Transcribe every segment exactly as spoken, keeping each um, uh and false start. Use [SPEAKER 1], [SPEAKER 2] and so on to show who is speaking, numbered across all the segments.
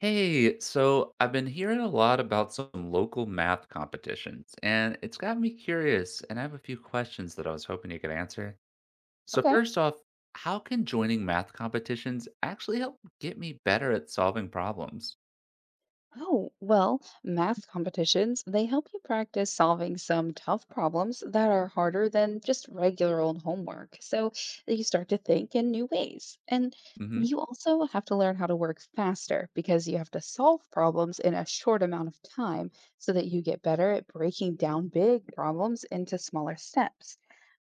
[SPEAKER 1] Hey, so I've been hearing a lot about some local math competitions, and it's got me curious, and I have a few questions that I was hoping you could answer. So
[SPEAKER 2] Okay.
[SPEAKER 1] first off, how can joining math competitions actually help get me better at solving problems?
[SPEAKER 2] Oh, well, math competitions, they help you practice solving some tough problems that are harder than just regular old homework. So you start to think in new ways. And
[SPEAKER 1] Mm-hmm.
[SPEAKER 2] you also have to learn how to work faster because you have to solve problems in a short amount of time so that you get better at breaking down big problems into smaller steps.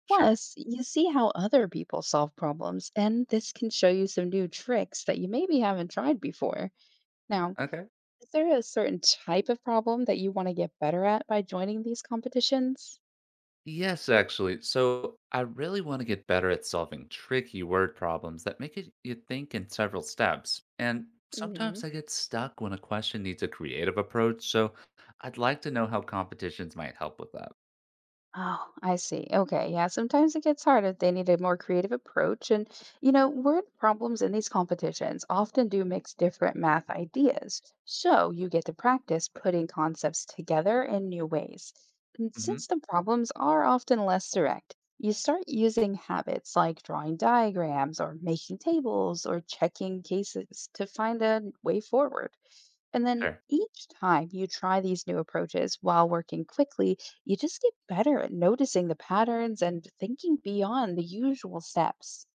[SPEAKER 1] Sure.
[SPEAKER 2] Plus, you see how other people solve problems, and this can show you some new tricks that you maybe haven't tried before. Now,
[SPEAKER 1] Okay.
[SPEAKER 2] is there a certain type of problem that you want to get better at by joining these competitions?
[SPEAKER 1] Yes, actually. So I really want to get better at solving tricky word problems that make it, you think in several steps. And sometimes
[SPEAKER 2] Hmm.
[SPEAKER 1] I get stuck when a question needs a creative approach. So I'd like to know how competitions might help with that.
[SPEAKER 2] Oh, I see. Okay. Yeah. Sometimes it gets hard if they need a more creative approach. And, you know, word problems in these competitions often do mix different math ideas. So you get to practice putting concepts together in new ways. And
[SPEAKER 1] Hmm.
[SPEAKER 2] since the problems are often less direct, you start using habits like drawing diagrams or making tables or checking cases to find a way forward. And then
[SPEAKER 1] Sure.
[SPEAKER 2] each time you try these new approaches while working quickly, you just get better at noticing the patterns and thinking beyond the usual steps.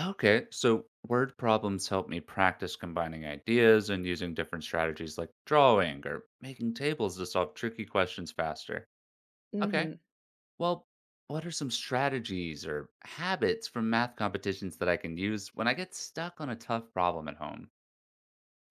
[SPEAKER 1] Okay. So word problems help me practice combining ideas and using different strategies like drawing or making tables to solve tricky questions faster. Okay.
[SPEAKER 2] Hmm.
[SPEAKER 1] Well, what are some strategies or habits from math competitions that I can use when I get stuck on a tough problem at home?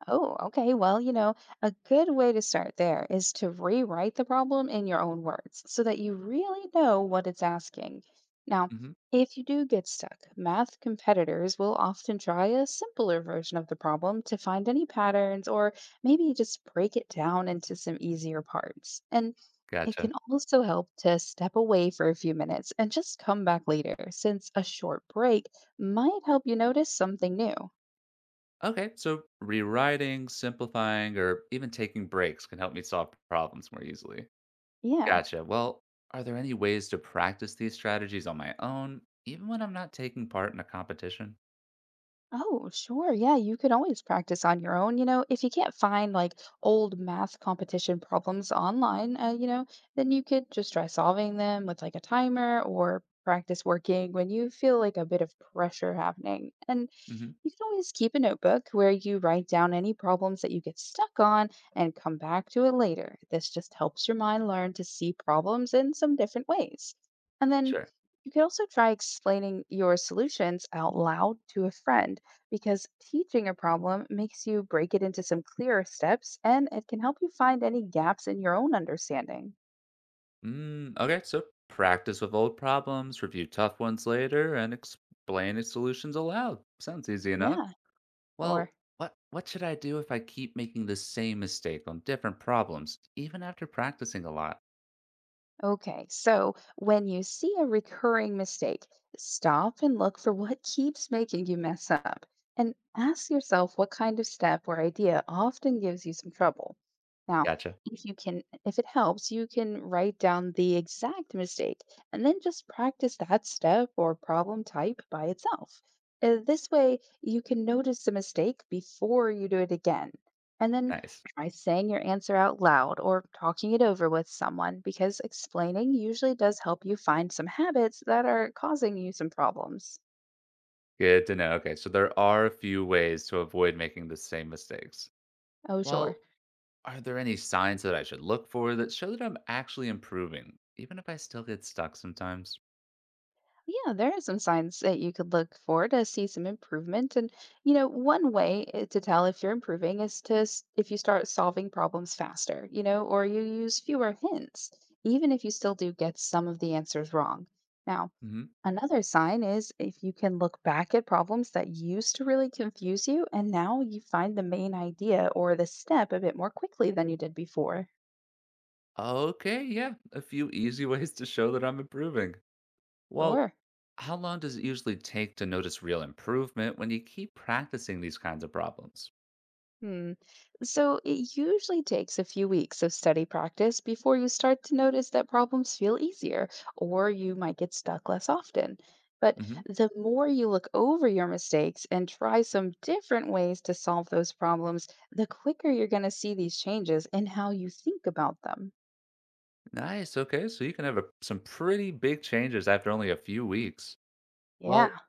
[SPEAKER 2] Oh, okay. Well, you know, a good way to start there is to rewrite the problem in your own words so that you really know what it's asking. Now,
[SPEAKER 1] Hmm.
[SPEAKER 2] if you do get stuck, math competitors will often try a simpler version of the problem to find any patterns or maybe just break it down into some easier parts. And it
[SPEAKER 1] Gotcha.
[SPEAKER 2] can also help to step away for a few minutes and just come back later, since a short break might help you notice something new.
[SPEAKER 1] Okay, so rewriting, simplifying, or even taking breaks can help me solve problems more easily.
[SPEAKER 2] Yeah.
[SPEAKER 1] Gotcha. Well, are there any ways to practice these strategies on my own, even when I'm not taking part in a competition?
[SPEAKER 2] Oh, sure. Yeah, you can always practice on your own. You know, if you can't find like old math competition problems online, uh, you know, then you could just try solving them with like a timer or practice working when you feel like a bit of pressure happening. And
[SPEAKER 1] Hmm.
[SPEAKER 2] you can always keep a notebook where you write down any problems that you get stuck on and come back to it later. This just helps your mind learn to see problems in some different ways. And then
[SPEAKER 1] Sure.
[SPEAKER 2] you can also try explaining your solutions out loud to a friend because teaching a problem makes you break it into some clearer steps and it can help you find any gaps in your own understanding.
[SPEAKER 1] Mm, okay, so practice with old problems, review tough ones later, and explain its solutions aloud. Sounds easy enough.
[SPEAKER 2] Yeah,
[SPEAKER 1] Well,
[SPEAKER 2] sure.
[SPEAKER 1] what what should I do if I keep making the same mistake on different problems, even after practicing a lot?
[SPEAKER 2] Okay, so when you see a recurring mistake, stop and look for what keeps making you mess up and ask yourself what kind of step or idea often gives you some trouble. Now,
[SPEAKER 1] Gotcha.
[SPEAKER 2] if you can if it helps, you can write down the exact mistake and then just practice that step or problem type by itself. Uh, This way, you can notice the mistake before you do it again. And then
[SPEAKER 1] Nice.
[SPEAKER 2] by saying your answer out loud or talking it over with someone because explaining usually does help you find some habits that are causing you some problems.
[SPEAKER 1] Good to know. Okay, so there are a few ways to avoid making the same mistakes.
[SPEAKER 2] Oh, sure.
[SPEAKER 1] Well, are there any signs that I should look for that show that I'm actually improving, even if I still get stuck sometimes?
[SPEAKER 2] Yeah, there are some signs that you could look for to see some improvement. And, you know, one way i- to tell if you're improving is to, s- if you start solving problems faster, you know, or you use fewer hints, even if you still do get some of the answers wrong. Now,
[SPEAKER 1] Hmm.
[SPEAKER 2] another sign is if you can look back at problems that used to really confuse you, and now you find the main idea or the step a bit more quickly than you did before.
[SPEAKER 1] Okay, yeah, a few easy ways to show that I'm improving. Well,
[SPEAKER 2] Sure.
[SPEAKER 1] how long does it usually take to notice real improvement when you keep practicing these kinds of problems?
[SPEAKER 2] Hmm. So it usually takes a few weeks of study practice before you start to notice that problems feel easier, or you might get stuck less often. But
[SPEAKER 1] Hmm.
[SPEAKER 2] the more you look over your mistakes and try some different ways to solve those problems, the quicker you're going to see these changes in how you think about them.
[SPEAKER 1] Nice. Okay. So you can have a, some pretty big changes after only a few weeks.
[SPEAKER 2] Yeah.
[SPEAKER 1] Well,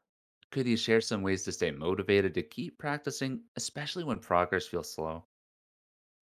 [SPEAKER 1] could you share some ways to stay motivated to keep practicing, especially when progress feels slow?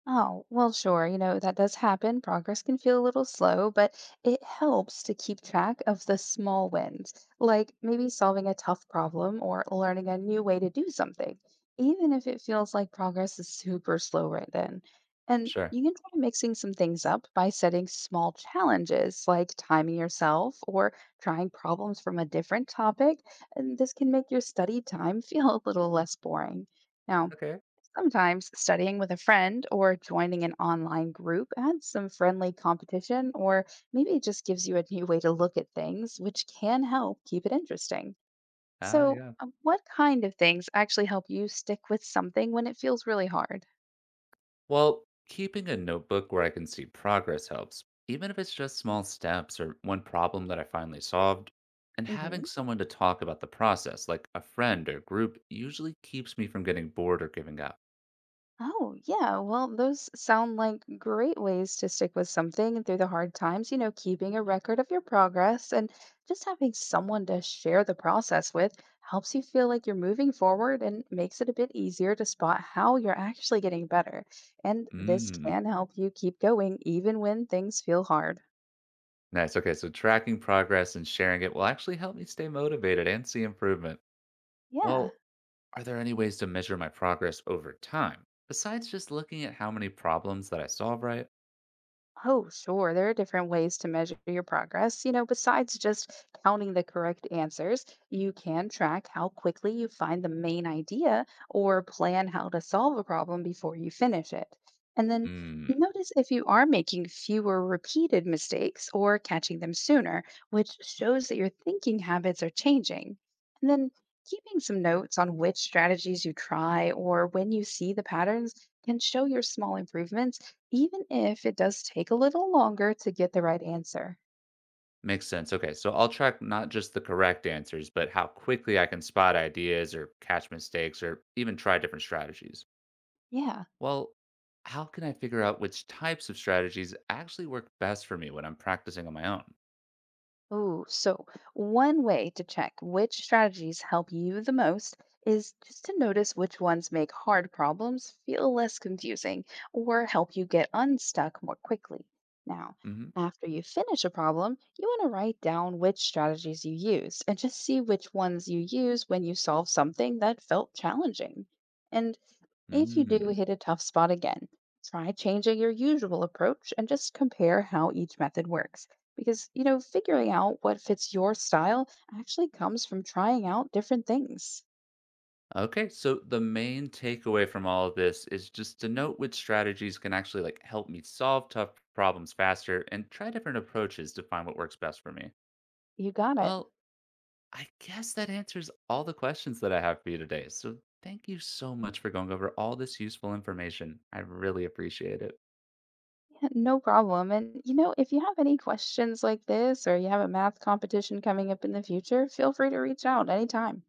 [SPEAKER 2] Oh, well, sure. You know, that does happen. Progress can feel a little slow, but it helps to keep track of the small wins, like maybe solving a tough problem or learning a new way to do something, even if it feels like progress is super slow right then. And
[SPEAKER 1] Sure.
[SPEAKER 2] you can try mixing some things up by setting small challenges, like timing yourself or trying problems from a different topic. And this can make your study time feel a little less boring. Now,
[SPEAKER 1] Okay.
[SPEAKER 2] sometimes studying with a friend or joining an online group adds some friendly competition, or maybe it just gives you a new way to look at things, which can help keep it interesting.
[SPEAKER 1] Ah,
[SPEAKER 2] So,
[SPEAKER 1] yeah.
[SPEAKER 2] uh, what kind of things actually help you stick with something when it feels really hard?
[SPEAKER 1] Well, keeping a notebook where I can see progress helps, even if it's just small steps or one problem that I finally solved. And having
[SPEAKER 2] Mhm.
[SPEAKER 1] someone to talk about the process, like a friend or group, usually keeps me from getting bored or giving up.
[SPEAKER 2] Oh, yeah. Well, those sound like great ways to stick with something through the hard times. You know, keeping a record of your progress and just having someone to share the process with helps you feel like you're moving forward and makes it a bit easier to spot how you're actually getting better. And this
[SPEAKER 1] Mm.
[SPEAKER 2] can help you keep going even when things feel hard.
[SPEAKER 1] Nice. Okay. So tracking progress and sharing it will actually help me stay motivated and see improvement.
[SPEAKER 2] Yeah.
[SPEAKER 1] Well, are there any ways to measure my progress over time besides just looking at how many problems that I solve right?
[SPEAKER 2] Oh, sure. There are different ways to measure your progress. You know, besides just counting the correct answers, you can track how quickly you find the main idea or plan how to solve a problem before you finish it. And then
[SPEAKER 1] Hmm.
[SPEAKER 2] notice if you are making fewer repeated mistakes or catching them sooner, which shows that your thinking habits are changing. And then keeping some notes on which strategies you try or when you see the patterns can show your small improvements even if it does take a little longer to get the right answer.
[SPEAKER 1] Makes sense. Okay. So I'll track not just the correct answers, but how quickly I can spot ideas or catch mistakes or even try different strategies.
[SPEAKER 2] Yeah.
[SPEAKER 1] Well, how can I figure out which types of strategies actually work best for me when I'm practicing on my own?
[SPEAKER 2] Oh, so one way to check which strategies help you the most is just to notice which ones make hard problems feel less confusing or help you get unstuck more quickly. Now,
[SPEAKER 1] Mm-hmm.
[SPEAKER 2] after you finish a problem, you want to write down which strategies you used and just see which ones you use when you solve something that felt challenging. And if you do
[SPEAKER 1] Hmm.
[SPEAKER 2] hit a tough spot again, try changing your usual approach and just compare how each method works. Because, you know, figuring out what fits your style actually comes from trying out different things.
[SPEAKER 1] Okay, so the main takeaway from all of this is just to note which strategies can actually like help me solve tough problems faster and try different approaches to find what works best for me.
[SPEAKER 2] You got it.
[SPEAKER 1] Well, I guess that answers all the questions that I have for you today. So thank you so much for going over all this useful information. I really appreciate it.
[SPEAKER 2] Yeah, no problem. And, you know, if you have any questions like this or you have a math competition coming up in the future, feel free to reach out anytime.